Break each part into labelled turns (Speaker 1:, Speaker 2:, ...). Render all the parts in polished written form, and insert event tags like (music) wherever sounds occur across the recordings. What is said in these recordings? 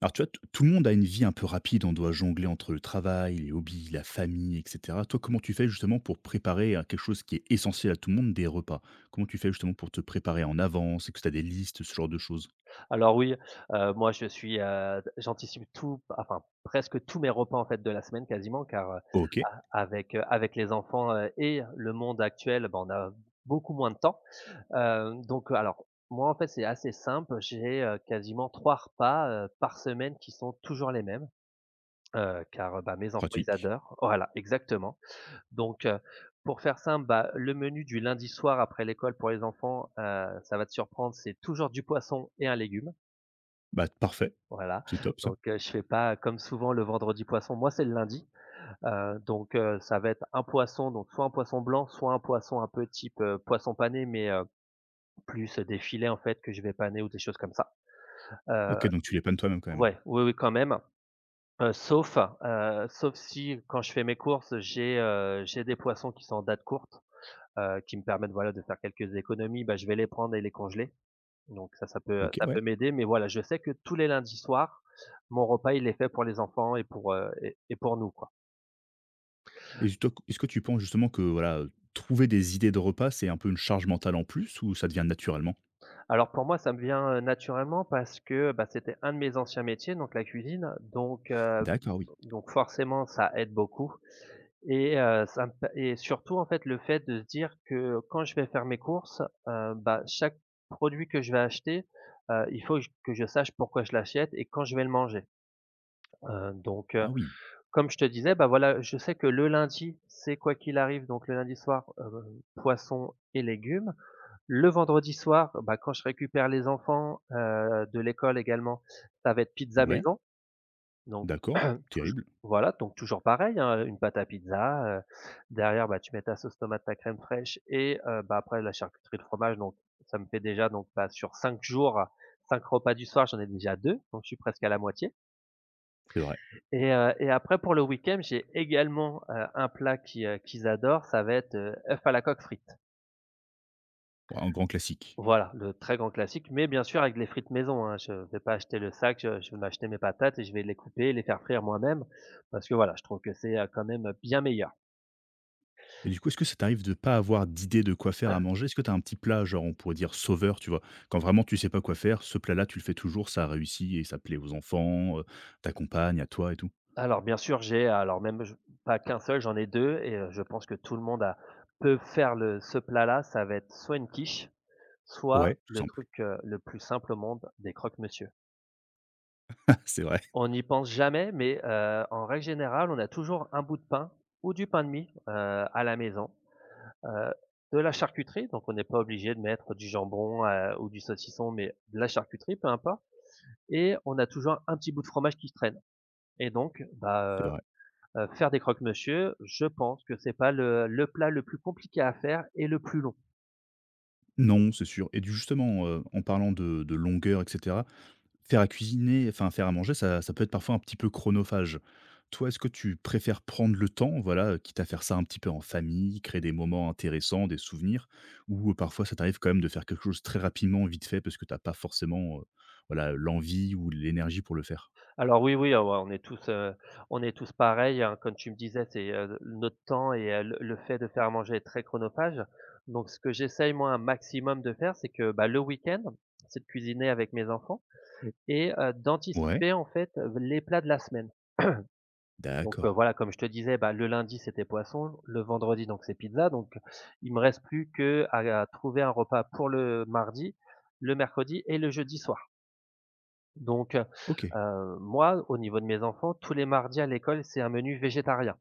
Speaker 1: Alors, tu vois, tout le monde a une vie un peu rapide. On doit jongler entre le travail, les hobbies, la famille, etc. Toi, comment tu fais justement pour préparer quelque chose qui est essentiel à tout le monde, des repas. Comment tu fais justement pour te préparer en avance. Est-ce que tu as des listes, ce genre de choses?
Speaker 2: Alors oui, moi j'anticipe tout, enfin presque tous mes repas en fait de la semaine quasiment car, heu,
Speaker 1: Ok,
Speaker 2: a avec, heu, avec les enfants, et le monde actuel, ben on a beaucoup moins de temps. Donc alors moi en fait c'est assez simple, j'ai, quasiment 3 repas, par semaine qui sont toujours les mêmes, car, bah, mes enfants ils
Speaker 1: pratique.
Speaker 2: adorent. Voilà, exactement. Donc, pour faire simple, bah, le menu du lundi soir après l'école pour les enfants, ça va te surprendre, c'est toujours du poisson et un légume.
Speaker 1: Bah, parfait.
Speaker 2: Voilà,
Speaker 1: C'est top, ça.
Speaker 2: donc je fais pas comme souvent le vendredi poisson, moi c'est le lundi, donc ça va être un poisson, donc soit un poisson blanc, soit un poisson un peu type, poisson pané, mais plus des filets en fait que je vais paner ou des choses comme ça. Heu,
Speaker 1: Ok, donc tu les planes toi-même quand même.
Speaker 2: ouais, oui, oui quand même, sauf, sauf si quand je fais mes courses, j'ai des poissons qui sont en date courte, qui me permettent voilà de faire quelques économies, bah, je vais les prendre et les congeler. Donc ça,
Speaker 1: Ok,
Speaker 2: ça
Speaker 1: ouais.
Speaker 2: peut m'aider, mais voilà, je sais que tous les lundis soirs, mon repas, il est fait pour les enfants et pour nous, quoi.
Speaker 1: Et toi, est-ce que tu penses justement que, voilà, trouver des idées de repas, c'est un peu une charge mentale en plus ou ça devient naturellement?
Speaker 2: Alors pour moi, ça me vient, naturellement parce que, bah, c'était un de mes anciens métiers, donc la cuisine, donc heu,
Speaker 1: D'accord, oui.
Speaker 2: donc forcément, ça aide beaucoup et ça me pa et surtout, en fait, le fait de se dire que quand je vais faire mes courses, bah, chaque produit que je vais acheter, il faut que je sache pourquoi je l'achète et quand je vais le manger. Heu, donc euh,
Speaker 1: Ah oui.
Speaker 2: Comme je te disais, bah, voilà, je sais que le lundi, c'est quoi qu'il arrive, donc le lundi soir, poisson et légumes. Le vendredi soir, bah, quand je récupère les enfants, de l'école également, ça va être pizza
Speaker 1: Ouais,
Speaker 2: maison, donc (clears throat)
Speaker 1: d'accord.
Speaker 2: touj
Speaker 1: Terrible.
Speaker 2: voilà, donc toujours pareil, hein, une pâte à pizza, derrière, bah, tu mets ta sauce tomate, ta crème fraîche et bah, après la charcuterie, le fromage, donc ça me fait déjà donc, bah, sur 5 jours, 5 repas du soir, j'en ai déjà 2, donc je suis presque à la moitié.
Speaker 1: C'est vrai.
Speaker 2: Et après pour le week-end, j'ai également, un plat qu'ils adorent, ça va être, œuf à la coque frites.
Speaker 1: Ouais, un grand classique.
Speaker 2: Voilà, le très grand classique, mais bien sûr avec les frites maison, hein. Je vais pas acheter le sac, je vais m'acheter mes patates et je vais les couper, les faire frire moi-même parce que voilà, je trouve que c'est, quand même, bien meilleur.
Speaker 1: Et du coup, est-ce que ça t'arrive de pas avoir d'idée de quoi faire à manger? Est-ce que tu as un petit plat, genre, on pourrait dire sauveur, tu vois? Quand vraiment tu sais pas quoi faire, ce plat-là, tu le fais toujours, ça réussit et ça plaît aux enfants, ta compagne, à toi et tout?
Speaker 2: Alors bien sûr, j'ai alors même je pas qu'un seul, j'en ai 2 et je pense que tout le monde a peut faire le ce plat-là, ça va être soit une quiche, soit
Speaker 1: Ouais, tout
Speaker 2: le
Speaker 1: simple.
Speaker 2: truc, le plus simple au monde, des croque-monsieur.
Speaker 1: (laughs) C'est vrai,
Speaker 2: On n'y pense jamais, mais en règle générale, on a toujours un bout de pain ou du pain de mie, à la maison, heu, de la charcuterie, donc on n'est pas obligé de mettre du jambon, ou du saucisson, mais de la charcuterie, peu importe et on a toujours un petit bout de fromage qui se traîne et donc
Speaker 1: c'est
Speaker 2: bah,
Speaker 1: vrai.
Speaker 2: faire des croque-monsieur, je pense que c'est pas le plat le plus compliqué à faire et le plus long.
Speaker 1: Non, c'est sûr et du justement, en parlant de longueur et cetera. Faire à cuisiner, enfin faire à manger, ça ça peut être parfois un petit peu chronophage. Toi, est-ce que tu préfères prendre le temps, voilà, quitte à faire ça un petit peu en famille, créer des moments intéressants, des souvenirs? Ou, parfois ça t'arrive quand même de faire quelque chose très rapidement, vite fait, parce que t'as pas forcément, voilà, l'envie ou l'énergie pour le faire?
Speaker 2: Alors oui, oui, ah ouais, on est tous pareils, hein. Comme tu me disais, c'est, notre temps et le fait de faire à manger est très chronophage. Donc ce que j'essaye moi un maximum de faire, c'est que, bah, le week-end, c'est de cuisiner avec mes enfants et
Speaker 1: Ouais,
Speaker 2: d'anticiper en fait, les plats de la semaine. Donc
Speaker 1: d'accord.
Speaker 2: voilà, comme je te disais, bah, le lundi, c'était poisson, le vendredi, donc c'est pizza. Donc il me reste plus que à trouver un repas pour le mardi, le mercredi et le jeudi soir. Donc,
Speaker 1: OK.
Speaker 2: moi, au niveau de mes enfants, tous les mardis à l'école, c'est un menu végétarien.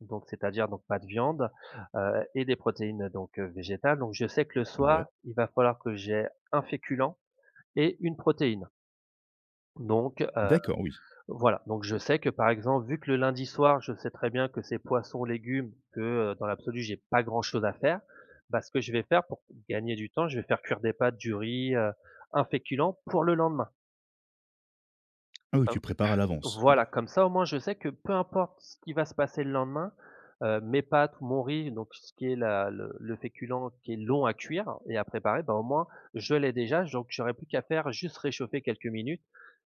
Speaker 2: Donc, c'est-à-dire donc pas de viande, et des protéines donc, végétales. Donc, je sais que le soir,
Speaker 1: Ouais,
Speaker 2: il va falloir que j'ai un féculent et une protéine. Donc,
Speaker 1: d'accord, oui.
Speaker 2: voilà. Donc, je sais que par exemple, vu que le lundi soir, je sais très bien que c'est poisson, légumes, que, dans l'absolu, j'ai pas grand-chose à faire. Bah, ce que je vais faire pour gagner du temps, je vais faire cuire des pâtes, du riz, un féculent pour le lendemain.
Speaker 1: Ah oui, tu prépares à l'avance. Ouais.
Speaker 2: Voilà, comme ça, au moins, je sais que peu importe ce qui va se passer le lendemain, mes pâtes ou mon riz, donc ce qui est la le féculent qui est long à cuire et à préparer, bah, au moins, je l'ai déjà, donc j'aurai plus qu'à faire juste réchauffer quelques minutes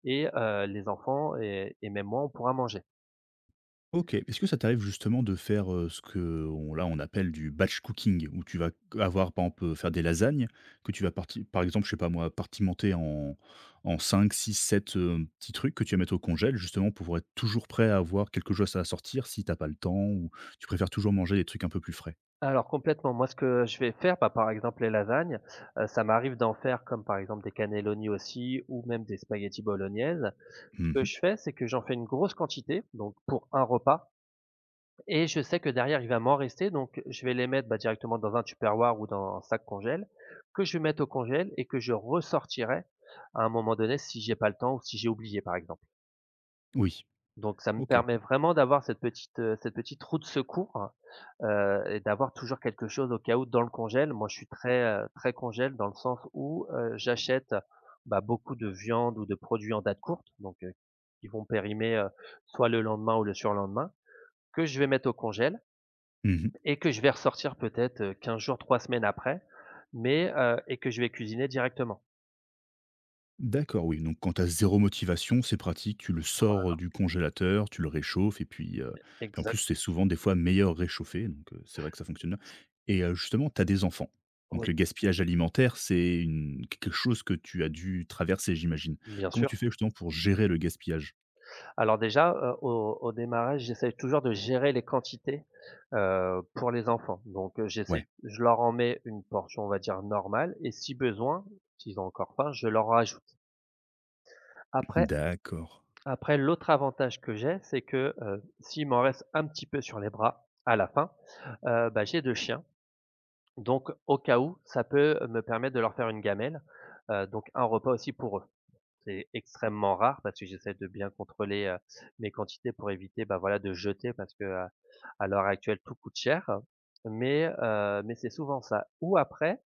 Speaker 2: et les enfants et même moi, on pourra manger.
Speaker 1: OK. Est-ce que ça t'arrive justement de faire, ce que on on appelle du batch cooking? Où tu vas avoir, par exemple, faire des lasagnes que tu vas parti par exemple, je sais pas moi, partimenter en cinq six sept petits trucs que tu vas mettre au congèle, justement, pour être toujours prêt à avoir quelque chose à sortir si t'as pas le temps ou tu préfères toujours manger des trucs un peu plus frais?
Speaker 2: Alors complètement, moi, ce que je vais faire, bah, par exemple, les lasagnes, ça m'arrive d'en faire comme, par exemple, des cannellonis aussi ou même des spaghettis bolognaises. Ce que
Speaker 1: Mmh.
Speaker 2: je fais, c'est que j'en fais une grosse quantité, donc pour un repas. Et je sais que derrière, il va m'en rester, donc je vais les mettre, bah, directement dans un Tupperware ou dans un sac congèle, que je vais mettre au congèle et que je ressortirai à un moment donné si j'ai pas le temps ou si j'ai oublié, par exemple.
Speaker 1: Oui.
Speaker 2: Donc ça me
Speaker 1: OK.
Speaker 2: permet vraiment d'avoir cette petite roue de secours, et d'avoir toujours quelque chose au cas où dans le congèle. Moi, je suis très, très congèle dans le sens où, j'achète, bah, beaucoup de viande ou de produits en date courte, donc qui vont périmer, soit le lendemain ou le surlendemain, que je vais mettre au congèle
Speaker 1: Mmh.
Speaker 2: et que je vais ressortir peut-être, 15 jours, 3 semaines après, mais et que je vais cuisiner directement.
Speaker 1: D'accord, oui, donc quand tu zéro motivation, c'est pratique, tu le sors, du congélateur, tu le réchauffes et puis, puis en plus,
Speaker 2: Exact
Speaker 1: c'est souvent des fois meilleur réchauffé, donc c'est vrai que ça fonctionne bien et justement, tu as des enfants,
Speaker 2: oui,
Speaker 1: donc le gaspillage alimentaire, c'est une quelque chose que tu as dû traverser, j'imagine.
Speaker 2: bien
Speaker 1: Comment
Speaker 2: sûr.
Speaker 1: tu fais justement pour gérer le gaspillage?
Speaker 2: Alors déjà, au démarrage, j'essaie toujours de gérer les quantités, pour les enfants. Donc j'essaie
Speaker 1: Ouais,
Speaker 2: je leur en mets une portion, on va dire normale et si besoin, s'ils ont encore faim, je leur rajoute. Après
Speaker 1: d'accord.
Speaker 2: après l'autre avantage que j'ai, c'est que, s'il m'en reste un petit peu sur les bras à la fin, bah, j'ai 2 chiens. Donc au cas où, ça peut me permettre de leur faire une gamelle, donc un repas aussi pour eux. C'est extrêmement rare parce que j'essaie de bien contrôler, mes quantités pour éviter, bah, voilà, de jeter parce que, à l'heure actuelle, tout coûte cher. Mais c'est souvent ça. Ou après,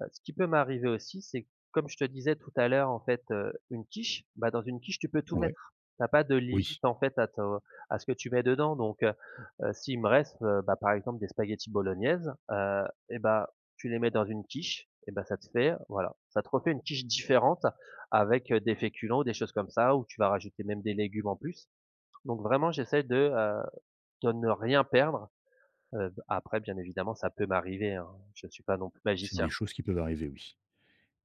Speaker 2: Ce qui peut m'arriver aussi, c'est comme je te disais tout à l'heure, en fait, une quiche, bah, dans une quiche, tu peux tout
Speaker 1: Ouais,
Speaker 2: mettre. T'as pas de
Speaker 1: oui,
Speaker 2: limite, en fait, à ce que tu mets dedans donc s'il me reste, bah, par exemple, des spaghettis bolognaise, et bah, tu les mets dans une quiche et bah, ça te fait voilà, ça te refait une quiche différente avec, des féculents ou des choses comme ça où tu vas rajouter même des légumes en plus donc vraiment, j'essaie de ne rien perdre, après bien évidemment, ça peut m'arriver, hein, je suis pas non plus
Speaker 1: c'est
Speaker 2: magicien.
Speaker 1: des choses qui peuvent arriver, oui.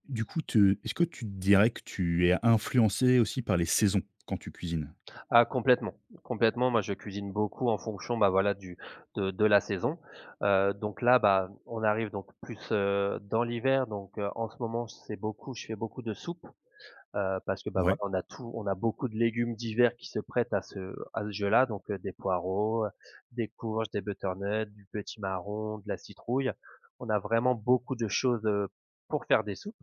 Speaker 1: Du coup, te est-ce que tu dirais que tu es influencé aussi par les saisons quand tu cuisines?
Speaker 2: Ah complètement, complètement. Moi, je cuisine beaucoup en fonction, bah, voilà, du de la saison. Donc là, bah, on arrive donc plus, dans l'hiver, donc en ce moment, c'est beaucoup je fais beaucoup de soupes, parce que, bah, voilà,
Speaker 1: Ouais.
Speaker 2: on a beaucoup de légumes d'hiver qui se prêtent à ce jeu-là, donc des poireaux, des courges, des butternuts, du petit marron, de la citrouille. On a vraiment beaucoup de choses, pour faire des soupes.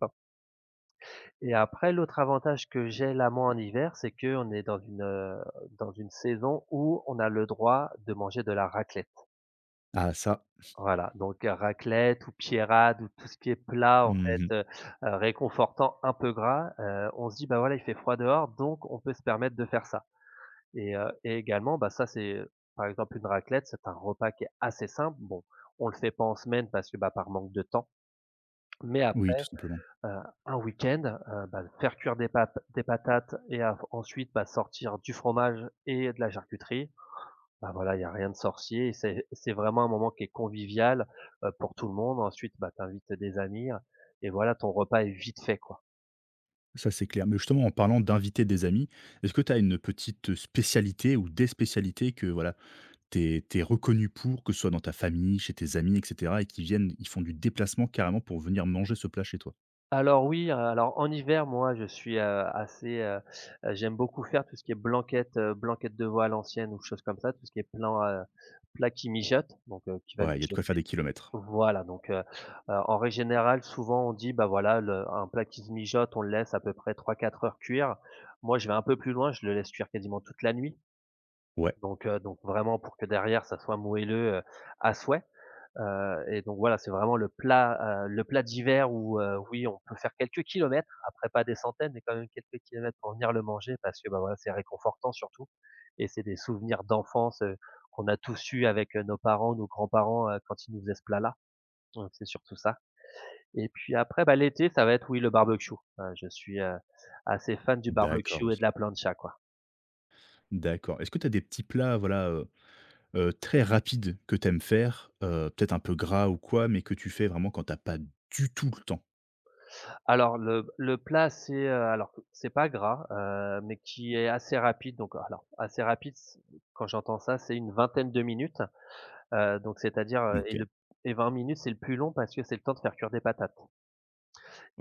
Speaker 2: Et après l'autre avantage que j'ai là, moi, en hiver, c'est qu'on est dans une saison où on a le droit de manger de la raclette.
Speaker 1: Ah ça.
Speaker 2: Voilà, donc raclette ou pierrade ou tout ce qui est plat, en fait,
Speaker 1: Mmh.
Speaker 2: réconfortant, un peu gras, on se dit: «Bah, voilà, il fait froid dehors, donc on peut se permettre de faire ça» et également, bah, ça, c'est, par exemple, une raclette, c'est un repas qui est assez simple. Bon, on le fait pas en semaine parce que, bah, par manque de temps, mais
Speaker 1: Oui, tout
Speaker 2: après
Speaker 1: simplement.
Speaker 2: Heu, un week-end, bah, faire cuire des patates et av ensuite, bah, sortir du fromage et de la charcuterie. Bah, voilà, il y a rien de sorcier et c'est vraiment un moment qui est convivial, pour tout le monde. Ensuite, bah, tu invites des amis, et voilà, ton repas est vite fait, quoi.
Speaker 1: Ça, c'est clair. Mais justement, en parlant d'inviter des amis, est-ce que tu as une petite spécialité ou des spécialités que voilà, tu es, reconnu pour, que ce soit dans ta famille, chez tes amis, etc., et qui viennent, ils font du déplacement carrément pour venir manger ce plat chez toi?
Speaker 2: Alors oui, alors en hiver, moi, je suis, assez, j'aime beaucoup faire tout ce qui est blanquette, blanquette de veau à l'ancienne ou choses comme ça, tout ce qui est plat qui mijote, qui va
Speaker 1: Ouais, il y a de
Speaker 2: mijoter.
Speaker 1: quoi faire des kilomètres.
Speaker 2: Voilà, en règle générale, souvent on dit: «Bah, voilà, le un plat qui se mijote, on le laisse à peu près trois quatre heures cuire». Moi, je vais un peu plus loin, je le laisse cuire quasiment toute la nuit,
Speaker 1: Ouais,
Speaker 2: donc vraiment pour que derrière, ça soit moelleux, à souhait, et donc voilà, c'est vraiment le plat d'hiver où, oui, on peut faire quelques kilomètres, après pas des centaines, mais quand même quelques kilomètres pour venir le manger parce que, bah, voilà, c'est réconfortant surtout et c'est des souvenirs d'enfance, qu'on a tous eus avec, nos parents, nos grands-parents, quand ils nous faisaient ce plat-là. Donc c'est surtout ça et puis après, bah, l'été, ça va être oui, le barbecue. Je suis, assez fan du
Speaker 1: d'accord,
Speaker 2: barbecue et
Speaker 1: oui.
Speaker 2: de la plancha, quoi.
Speaker 1: D'accord. Est-ce que tu as des petits plats, voilà, très rapides que tu aimes faire, peut-être un peu gras ou quoi, mais que tu fais vraiment quand tu pas du tout le temps?
Speaker 2: Alors le plat, c'est, alors c'est pas gras, mais qui est assez rapide donc alors assez rapide, c quand j'entends ça, c'est une vingtaine de minutes, donc c'est-à-dire,
Speaker 1: OK.
Speaker 2: et 20 minutes, c'est le plus long parce que c'est le temps de faire cuire des patates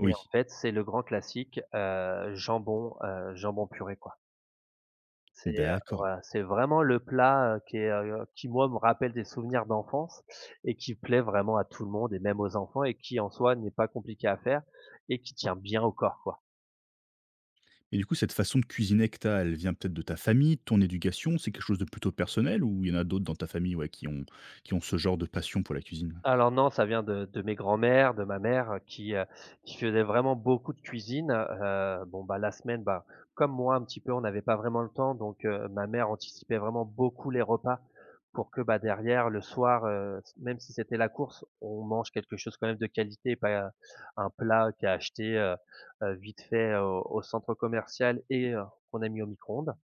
Speaker 2: et en fait, c'est le grand classique, jambon, jambon purée. C'est,
Speaker 1: d'accord.
Speaker 2: voilà, c'est vraiment le plat, qui est, qui moi me rappelle des souvenirs d'enfance et qui plaît vraiment à tout le monde et même aux enfants et qui en soi n'est pas compliqué à faire et qui tient bien au corps, quoi.
Speaker 1: Et du coup, cette façon de cuisiner que tu as, elle vient peut-être de ta famille, de ton éducation? C'est quelque chose de plutôt personnel ou il y en a d'autres dans ta famille, ouais, qui ont ce genre de passion pour la cuisine?
Speaker 2: Alors non, ça vient de mes grands-mères, de ma mère, qui faisait vraiment beaucoup de cuisine, bon, bah, la semaine, bah, comme moi un petit peu, on n'avait pas vraiment le temps ma mère anticipait vraiment beaucoup les repas pour que, bah, derrière le soir, même si c'était la course, on mange quelque chose quand même de qualité, et pas, un plat qui a acheté, vite fait au centre commercial et qu'on a mis au micro-ondes.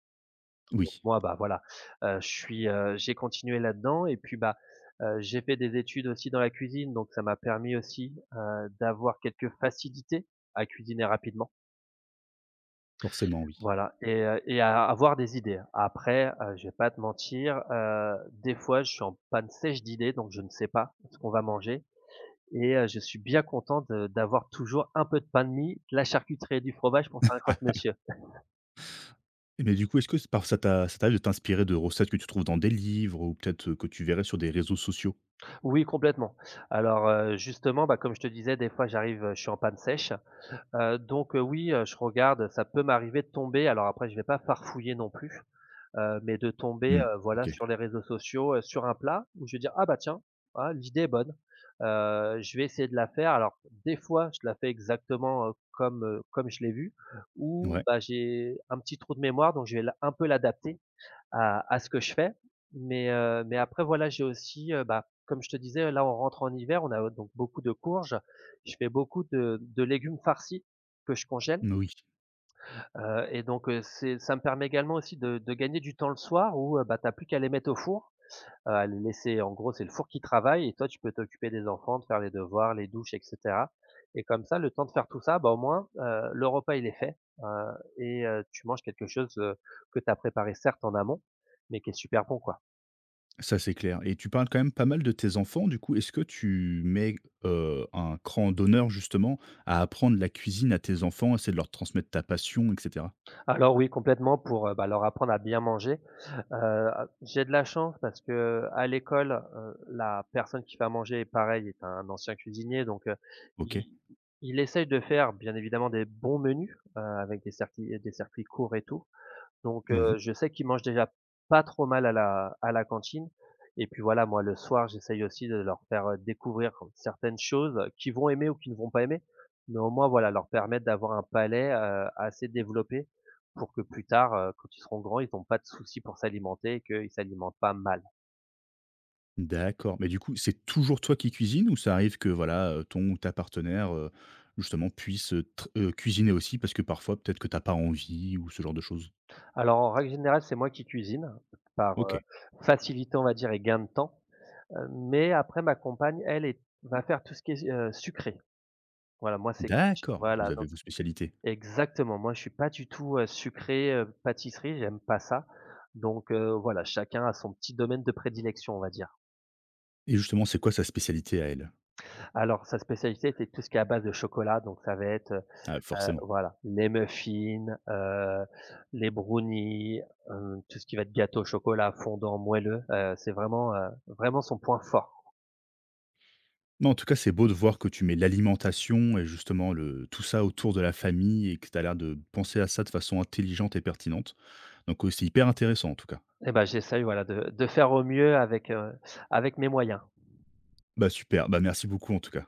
Speaker 1: Oui,
Speaker 2: Moi, bah, voilà, je suis, j'ai continué là-dedans et puis, bah, j'ai fait des études aussi dans la cuisine, donc ça m'a permis aussi, d'avoir quelques facilités à cuisiner rapidement.
Speaker 1: forcément, oui.
Speaker 2: Voilà et à avoir des idées. Après, je vais pas te mentir, des fois, je suis en panne sèche d'idées, donc je ne sais pas ce qu'on va manger je suis bien content de d'avoir toujours un peu de pain de mie, de la charcuterie et du fromage pour faire un croque-monsieur.
Speaker 1: Et mais du coup, est-ce que c'est par ça t'a ça t'arrive de t'inspirer de recettes que tu trouves dans des livres ou peut-être, que tu verrais sur des réseaux sociaux?
Speaker 2: Oui, complètement. Alors, justement, bah, comme je te disais, des fois, j'arrive, je suis en panne sèche. Oui, je regarde, ça peut m'arriver de tomber, alors après je vais pas farfouiller non plus, mais de tomber,
Speaker 1: Mmh,
Speaker 2: voilà
Speaker 1: OK.
Speaker 2: sur les réseaux sociaux, sur un plat où je vais dire: «Ah bah tiens, ah l'idée est bonne, je vais essayer de la faire». Alors des fois, je la fais exactement, comme, comme je l'ai vu, ou
Speaker 1: Ouais,
Speaker 2: bah, j'ai un petit trou de mémoire donc je vais la un peu l'adapter à ce que je fais. Mais après voilà, j'ai aussi, bah, comme je te disais, là, on rentre en hiver, on a donc beaucoup de courges. Je fais beaucoup de légumes farcis que je congèle,
Speaker 1: oui,
Speaker 2: et donc, c'est ça me permet également aussi de gagner du temps le soir où, bah, tu plus qu'à les mettre au four, à les laisser en gros, c'est le four qui travaille et toi, tu peux t'occuper des enfants, de faire les devoirs, les douches et cetera et comme ça, le temps de faire tout ça, bah, au moins, le repas, il est fait, heu et tu manges quelque chose, que t'as préparé certes en amont, mais qui est super bon, quoi.
Speaker 1: ça c'est clair et tu parles quand même pas mal de tes enfants du coup. Est-ce que tu mets, un cran d'honneur justement à apprendre la cuisine à tes enfants, à essayer de leur transmettre ta passion et cetera?
Speaker 2: Alors oui, complètement pour, bah, leur apprendre à bien manger. Heu, j'ai de la chance parce qu'à l'école, la personne qui fait à manger, pareil, est un ancien cuisinier donc,
Speaker 1: OK.
Speaker 2: il il essaye de faire bien évidemment des bons menus, avec des circuits courts et tout.
Speaker 1: Mmh.
Speaker 2: Je sais qu'ils mangent déjà pas trop mal à la cantine et puis voilà, moi le soir, j'essaye aussi de leur faire, découvrir certaines choses qu'ils vont aimer ou qu'ils ne vont pas aimer, mais au moins voilà, leur permettre d'avoir un palais, assez développé pour que plus tard, quand ils seront grands, ils ont pas de soucis pour s'alimenter et qu'ils s'alimentent pas mal.
Speaker 1: D'accord, mais du coup, c'est toujours toi qui cuisines ou ça arrive que voilà, ton ou ta partenaire, justement puisse, tr cuisiner aussi? Parce que parfois peut-être que t'as pas envie ou ce genre de choses?
Speaker 2: Alors en règle générale, c'est moi qui cuisine par,
Speaker 1: OK,
Speaker 2: facilité, on va dire et gain de temps, mais après ma compagne, elle est va faire tout ce qui est, sucré. Voilà, moi c'est ketch
Speaker 1: d'accord, vous
Speaker 2: voilà
Speaker 1: avez
Speaker 2: donc.
Speaker 1: vos spécialités
Speaker 2: Exactement, moi je suis pas du tout, sucré, pâtisserie, j'aime pas ça. Voilà, chacun a son petit domaine de prédilection, on va dire.
Speaker 1: et justement, c'est quoi sa spécialité à elle?
Speaker 2: Alors sa spécialité était tout ce qui est à base de chocolat, donc ça va être,
Speaker 1: Ah, forcément.
Speaker 2: voilà, les muffins, les brownies, tout ce qui va être gâteau au chocolat, fondant, moelleux, c'est vraiment, vraiment son point fort.
Speaker 1: Non, en tout cas, c'est beau de voir que tu mets l'alimentation et justement le tout ça autour de la famille et que tu as l'air de penser à ça de façon intelligente et pertinente, donc, c'est hyper intéressant en tout cas.
Speaker 2: Et ben, j'essaye, voilà, de faire au mieux avec, avec mes moyens.
Speaker 1: Bah, super, bah, merci beaucoup en tout cas.